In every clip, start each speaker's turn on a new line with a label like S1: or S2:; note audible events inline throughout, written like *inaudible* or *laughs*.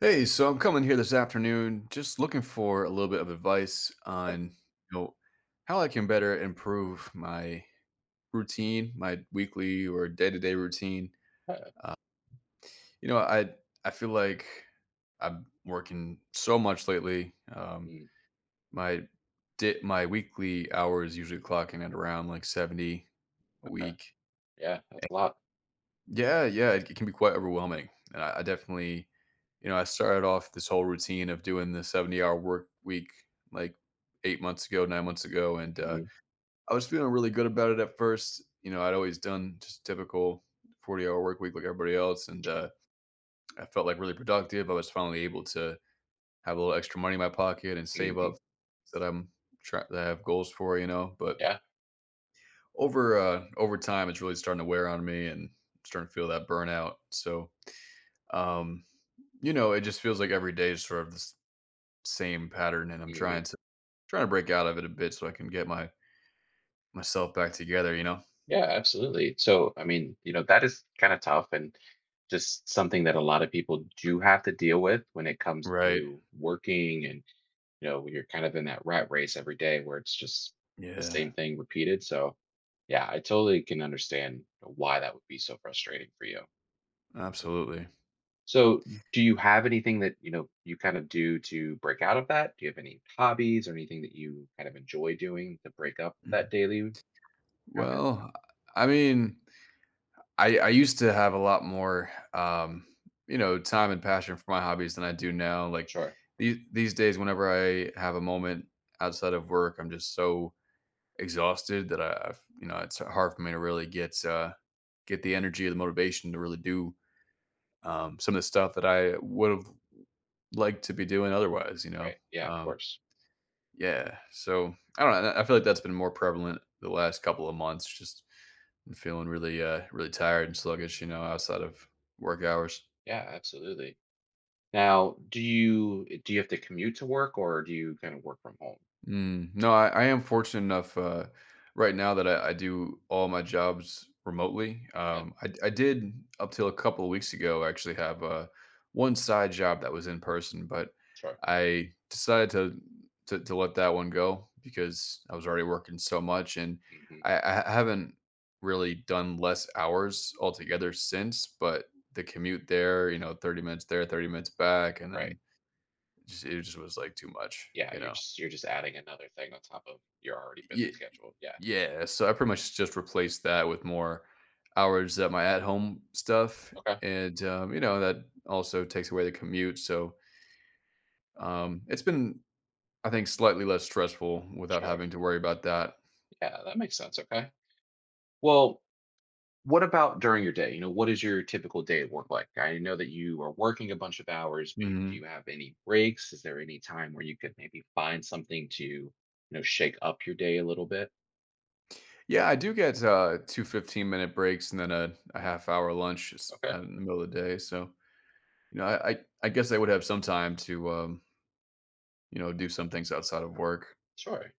S1: Hey, so I'm coming here this afternoon just looking for a little bit of advice
S2: Okay.
S1: on, you know, how I can better improve my routine, my weekly or day-to-day routine. You know, I feel like I'm working so much lately.
S2: Mm,
S1: My my weekly hours usually clocking at around like 70 a
S2: okay.
S1: week.
S2: Yeah, that's a lot.
S1: Yeah, yeah, it can be quite overwhelming, and I definitely you know, I started off this whole routine of doing the 70-hour work week, like, 8 months ago, 9 months ago, and,
S2: Mhm.
S1: I was feeling really good about it at first. You know, I'd always done just typical 40-hour work week like everybody else, and,
S2: Sure.
S1: I felt, like, really productive. I was finally able to have a little extra money in my pocket and save
S2: Mhm.
S1: up so that I'm try that I have goals for, you know. But
S2: Yeah.
S1: over, over time, it's really starting to wear on me and starting to feel that burnout. So, um, you know, it just feels like every day is sort of this same pattern, and I'm
S2: Mhm.
S1: trying to break out of it a bit so I can get my myself back together. You know,
S2: Yeah, absolutely. So, I mean, you know, that is kind of tough and just something that a lot of people do have to deal with when it comes
S1: right?
S2: to working and, you know, when you're kind of in that rat race every day where it's just the
S1: Yeah,
S2: same thing repeated. So, yeah, I totally can understand why that would be so frustrating for you.
S1: absolutely.
S2: So, do you have anything that you know you kind of do to break out of that? Do you have any hobbies or anything that you kind of enjoy doing to break up that
S1: Mhm.
S2: daily habit?
S1: Well, I mean, I used to have a lot more, you know, time and passion for my hobbies than I do now. Like
S2: Sure.
S1: these days, whenever I have a moment outside of work, I'm just so exhausted that I've, you know, it's hard for me to really get the energy or the motivation to really do some of the stuff that I would have liked to be doing otherwise, you know?
S2: Right. Yeah. Of
S1: Um,
S2: course.
S1: yeah. So I don't know. I feel like that's been more prevalent the last couple of months. Just been feeling really, really tired and sluggish, you know, outside of work hours.
S2: Yeah. Absolutely. Now, do you do you have to commute to work or do you kind of work from home?
S1: Mm, no, I am fortunate enough right now that I do all my jobs remotely.
S2: Okay.
S1: I did up till a couple of weeks ago actually have one side job that was in person, but
S2: Sure.
S1: I decided to let that one go because I was already working so much, and
S2: Hmm.
S1: I haven't really done less hours altogether since. But the commute there, you know, 30 minutes there, 30 minutes back, and
S2: Right.
S1: then just, it just was like too much,
S2: Yeah.
S1: you
S2: You're
S1: know.
S2: just you're just adding another thing on top of your already busy schedule. Yeah.
S1: Yeah, so I pretty much just replaced that with more hours at my at-home stuff,
S2: Okay.
S1: and, you know, that also takes away the commute. So, it's been, I think, slightly less stressful without
S2: Sure.
S1: having to worry about that.
S2: Yeah. That makes sense. Okay. Well, what about during your day? You know, what is your typical day at work like? I know that you are working a bunch of hours. Do you
S1: Mhm.
S2: have any breaks? Is there any time where you could maybe find something to, you know, shake up your day a little bit?
S1: Yeah, I do get, 2 15 minute breaks and then a half-hour lunch s
S2: Okay,
S1: out in the middle of the day. So, you know, I guess I would have some time to, you know, do some things outside of work.
S2: sure.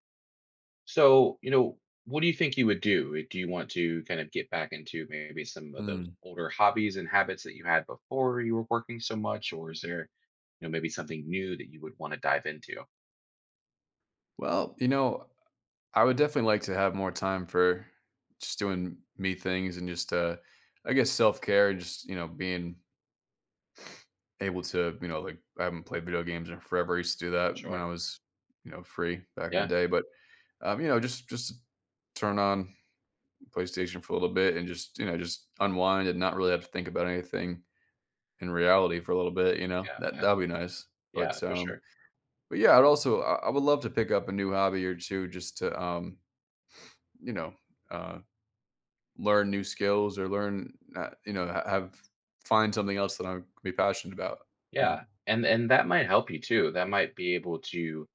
S2: So, you know, what do you think you would do? Do you want to kind of get back into maybe some of those
S1: Mm.
S2: older hobbies and habits that you had before you were working so much, or is there, you know, maybe something new that you would want to dive into?
S1: Well, you know, I would definitely like to have more time for just doing me things and just, I guess self care and just, you know, being able to, you know, like I haven't played video games in forever. I used to do that when
S2: Sure.
S1: I was, you know, free back in the
S2: Yeah.
S1: day. But, you know, just turn on PlayStation for a little bit and just, you know, just unwind and not really have to think about anything in reality for a little bit, you know,
S2: Yeah,
S1: that'd be
S2: absolutely.
S1: nice.
S2: Yeah,
S1: But,
S2: for
S1: um,
S2: sure.
S1: but yeah, I'd also, I would love to pick up a new hobby or two just to, you know, uh, learn new skills or learn, you know, have find something else that I am be passionate about, you know?
S2: Yeah. And that might help you too. That might be able to, you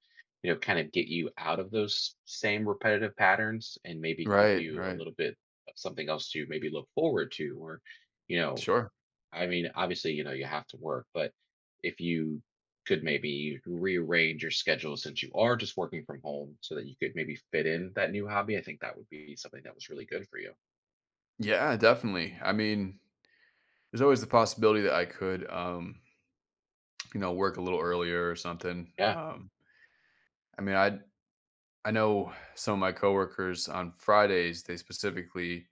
S2: know, kind of get you out of those same repetitive patterns and maybe give
S1: Right,
S2: you a
S1: right.
S2: little bit of something else to maybe look forward to, or, you know,
S1: Sure.
S2: I mean, obviously, you know, you have to work, but if you could maybe rearrange your schedule since you are just working from home so that you could maybe fit in that new hobby, I think that would be something that was really good for you.
S1: Yeah, definitely. I mean, there's always the possibility that I could, you know, work a little earlier or something.
S2: Yeah.
S1: I mean, I know some of my coworkers on Fridays, they specifically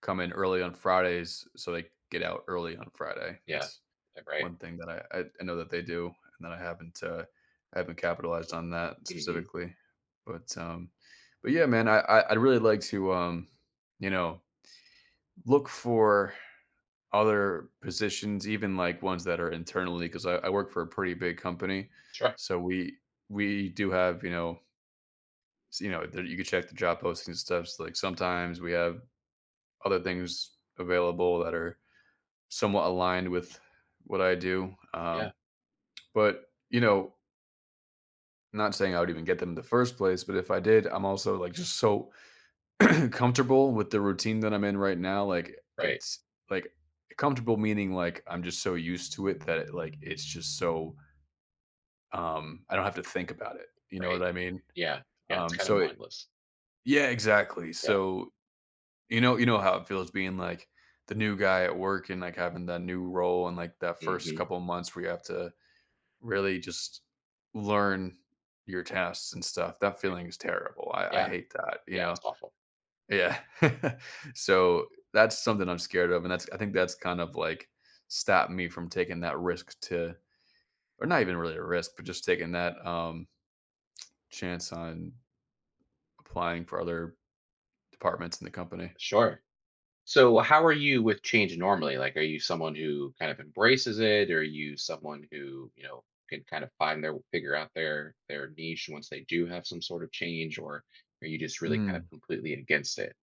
S1: come in early on Fridays so they get out early on Friday.
S2: Yeah.
S1: That's
S2: Right.
S1: one thing that I know that they do, and that I haven't capitalized on that
S2: Hmm.
S1: specifically, but, um but yeah, man, I'd really like to, you know, look for other positions, even, like, ones that are internally, because I work for a pretty big company,
S2: Sure.
S1: so we do have, you know, s you know, there you could check the job postings and stuff. So, like, sometimes we have other things available that are somewhat aligned with what I do,
S2: Yeah.
S1: but, you know, not saying I would even get them in the first place, but if I did, I'm also, like, just so *clears throat* comfortable with the routine that I'm in right now, like,
S2: Right.
S1: it's, like, comfortable meaning, like, I'm just so used to it that it, like, it's just so, I don't have to think about it, you know
S2: Right.
S1: what I mean?
S2: Yeah, yeah, it's kinda
S1: So it
S2: mindless.
S1: Yeah, exactly,
S2: Yeah.
S1: so, you know how it feels being, like, the new guy at work and, like, having that new role and, like, that first
S2: Mhm.
S1: couple months where you have to really just learn your tasks and stuff. That
S2: Right.
S1: feeling is terrible. I
S2: Yeah,
S1: hate that, you
S2: yeah,
S1: know?
S2: it's awful.
S1: Yeah. *laughs* So that's something I'm scared of. And that's, I think that's kind of like stopped me from taking that risk to, or not even really a risk, but just taking that chance on applying for other departments in the company.
S2: Sure. So, how are you with change normally? Like, are you someone who kind of embraces it? Or are you someone who, you know, can kind of find their figure out their niche once they do have some sort of change, or are you just really kind of
S1: Mm.
S2: completely against it?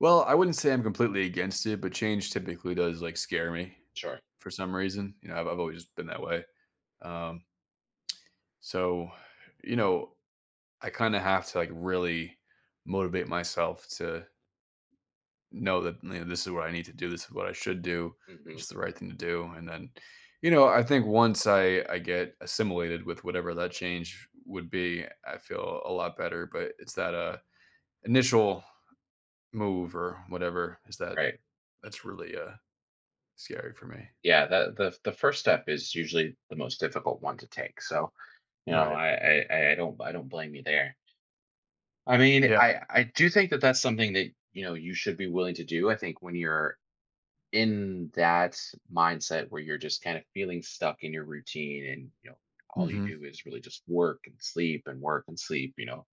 S1: Well, I wouldn't say I'm completely against it, but change typically does like scare me
S2: Sure.
S1: for some reason. You know, I've always just been that way. Um, so, you know, I kind of have to like really motivate myself to know that you know, this is what I need to do. This is what I should do. This
S2: Mhm.
S1: is the right thing to do. And then, you know, I think once I get assimilated with whatever that change would be, I feel a lot better. But it's that initial move or whatever is that
S2: Right.
S1: that's really scary for me.
S2: Yeah, the first step is usually the most difficult one to take, so, you know,
S1: Right.
S2: I don't blame you there. I mean,
S1: Yeah.
S2: I do think that that's something that, you know, you should be willing to do. I think when you're in that mindset where you're just kind of feeling stuck in your routine and, you know, all you
S1: Hmm.
S2: do is really just work and sleep and work and sleep, you know,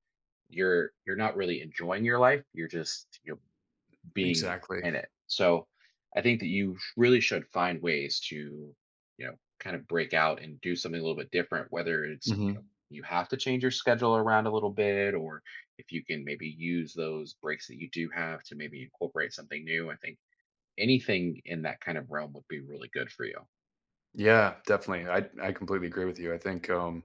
S2: you're not really enjoying your life. You're just, you being
S1: Exactly.
S2: in it. So I think that you really should find ways to, you know, kind of break out and do something a little bit different, whether it's, you know,
S1: Hmm.
S2: you have to change your schedule around a little bit, or if you can maybe use those breaks that you do have to maybe incorporate something new. I think anything in that kind of realm would be really good for you.
S1: Yeah, definitely. I completely agree with you. I think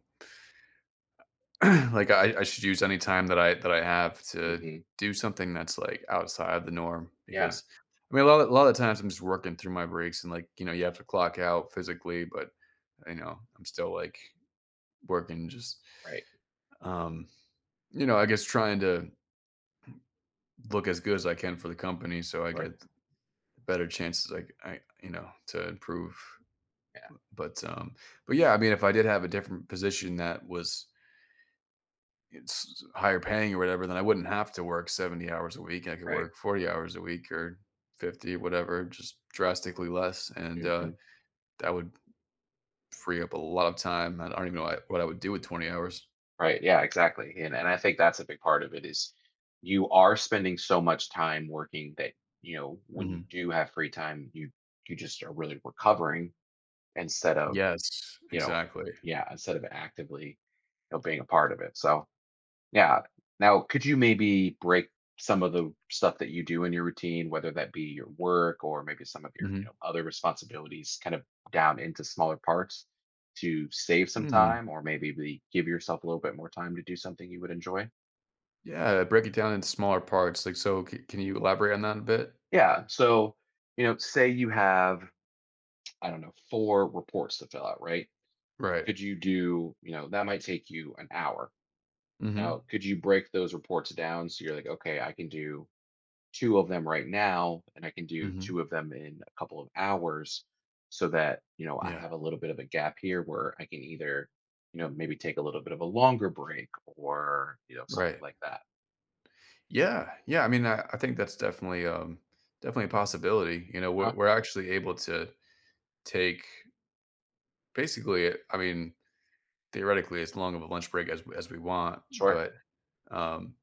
S1: *clears throat* like I should use any time that I have to
S2: Hmm.
S1: do something that's like outside of the norm.
S2: Yeah.
S1: Because I mean a lot of the times I'm just working through my breaks and like you know you have to clock out physically but you know I'm still like working. Just
S2: Right.
S1: um you know I guess trying to look as good as I can for the company so I
S2: Right.
S1: get better chances like I you know to improve.
S2: Yeah.
S1: But but yeah, I mean if I did have a different position that was it's higher paying or whatever, then I wouldn't have to work 70 hours a week. I could
S2: Right.
S1: work 40 hours a week or 50, whatever, just drastically less. And
S2: Mhm.
S1: that would free up a lot of time. I don't even know what I would do with 20 hours.
S2: Right. Yeah, exactly. And I think that's a big part of it is you are spending so much time working that, you know, when you
S1: Hmm.
S2: do have free time, you just are really recovering instead of,
S1: Yes,
S2: you know,
S1: exactly.
S2: yeah, instead of actively, you know, being a part of it. So yeah. Now, could you maybe break some of the stuff that you do in your routine, whether that be your work or maybe some of your, you
S1: Hmm.
S2: know, other responsibilities kind of down into smaller parts to save some
S1: Mm.
S2: time or maybe give yourself a little bit more time to do something you would enjoy?
S1: Yeah, break it down into smaller parts. Like, so can you elaborate on that a bit?
S2: Yeah. So, you know, say you have, I don't know, four reports to fill out, right?
S1: Right.
S2: Could you do, you know, that might take you an hour.
S1: Hmm.
S2: Now, could you break those reports down so you're like, okay, I can do two of them right now and I can do
S1: Hmm.
S2: two of them in a couple of hours so that, you know, I
S1: Yeah.
S2: have a little bit of a gap here where I can either, you know, maybe take a little bit of a longer break or, you know, something
S1: Right.
S2: like that.
S1: Yeah. Yeah. I mean, I think that's definitely, definitely a possibility. You know,
S2: Huh?
S1: we're actually able to take, basically, I mean, theoretically, as long of a lunch break as we want.
S2: Sure.
S1: But, um,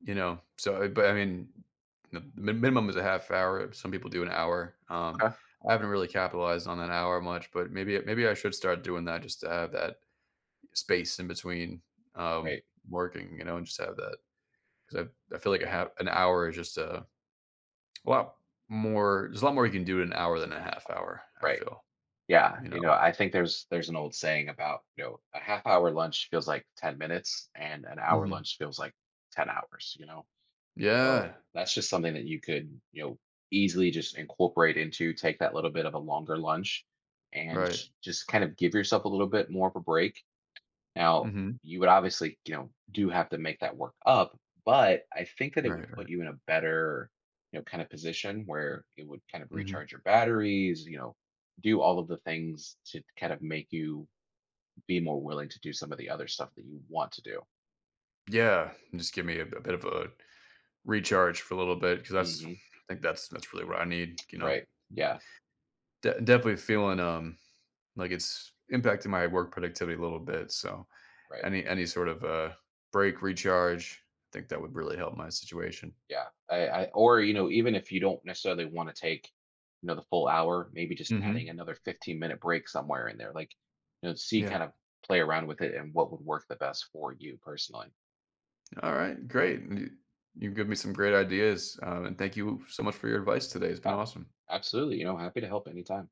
S1: you know, so, but I mean, the mi minimum is a half hour, some people do an hour,
S2: Okay.
S1: I haven't really capitalized on that hour much, but maybe I should start doing that just to have that space in between, um,
S2: Right.
S1: working, you know, and just have that. Because I feel like a half an hour is just a lot more there's a lot more you can do in an hour than a half hour, I
S2: Right.
S1: feel,
S2: Yeah.
S1: you
S2: You
S1: know?
S2: know, I think there's an old saying about, you know, a half hour lunch feels like 10 minutes and an hour
S1: Mhm.
S2: lunch feels like 10 hours, you know. Oh,
S1: Yeah.
S2: that's just something that you could, you know, easily just incorporate into, take that little bit of a longer lunch and
S1: Right.
S2: just kind of give yourself a little bit more of a break. Now,
S1: Mhm.
S2: you would obviously, you know, do have to make that work up, but I think that it would
S1: Right,
S2: put
S1: right.
S2: you in a better, you know, kind of position where it would kind of
S1: Mhm.
S2: recharge your batteries, you know, do all of the things to kind of make you be more willing to do some of the other stuff that you want to do.
S1: Yeah, just give me a bit of a recharge for a little bit because that's I
S2: Hmm.
S1: think that's really what I need. You know,
S2: Right. Yeah.
S1: Definitely feeling like it's impacting my work productivity a little bit. So
S2: Right.
S1: any sort of break recharge, I think that would really help my situation.
S2: Yeah, I or you know, even if you don't necessarily want to take, you know, the full hour, maybe just adding
S1: Hmm.
S2: another 15-minute break somewhere in there, like you know, see kind
S1: Yeah.
S2: of play around with it and what would work the best for you personally.
S1: All right. Great. You give me some great ideas, and thank you so much for your advice today. It's been
S2: Yeah,
S1: awesome.
S2: absolutely. You know, happy to help anytime.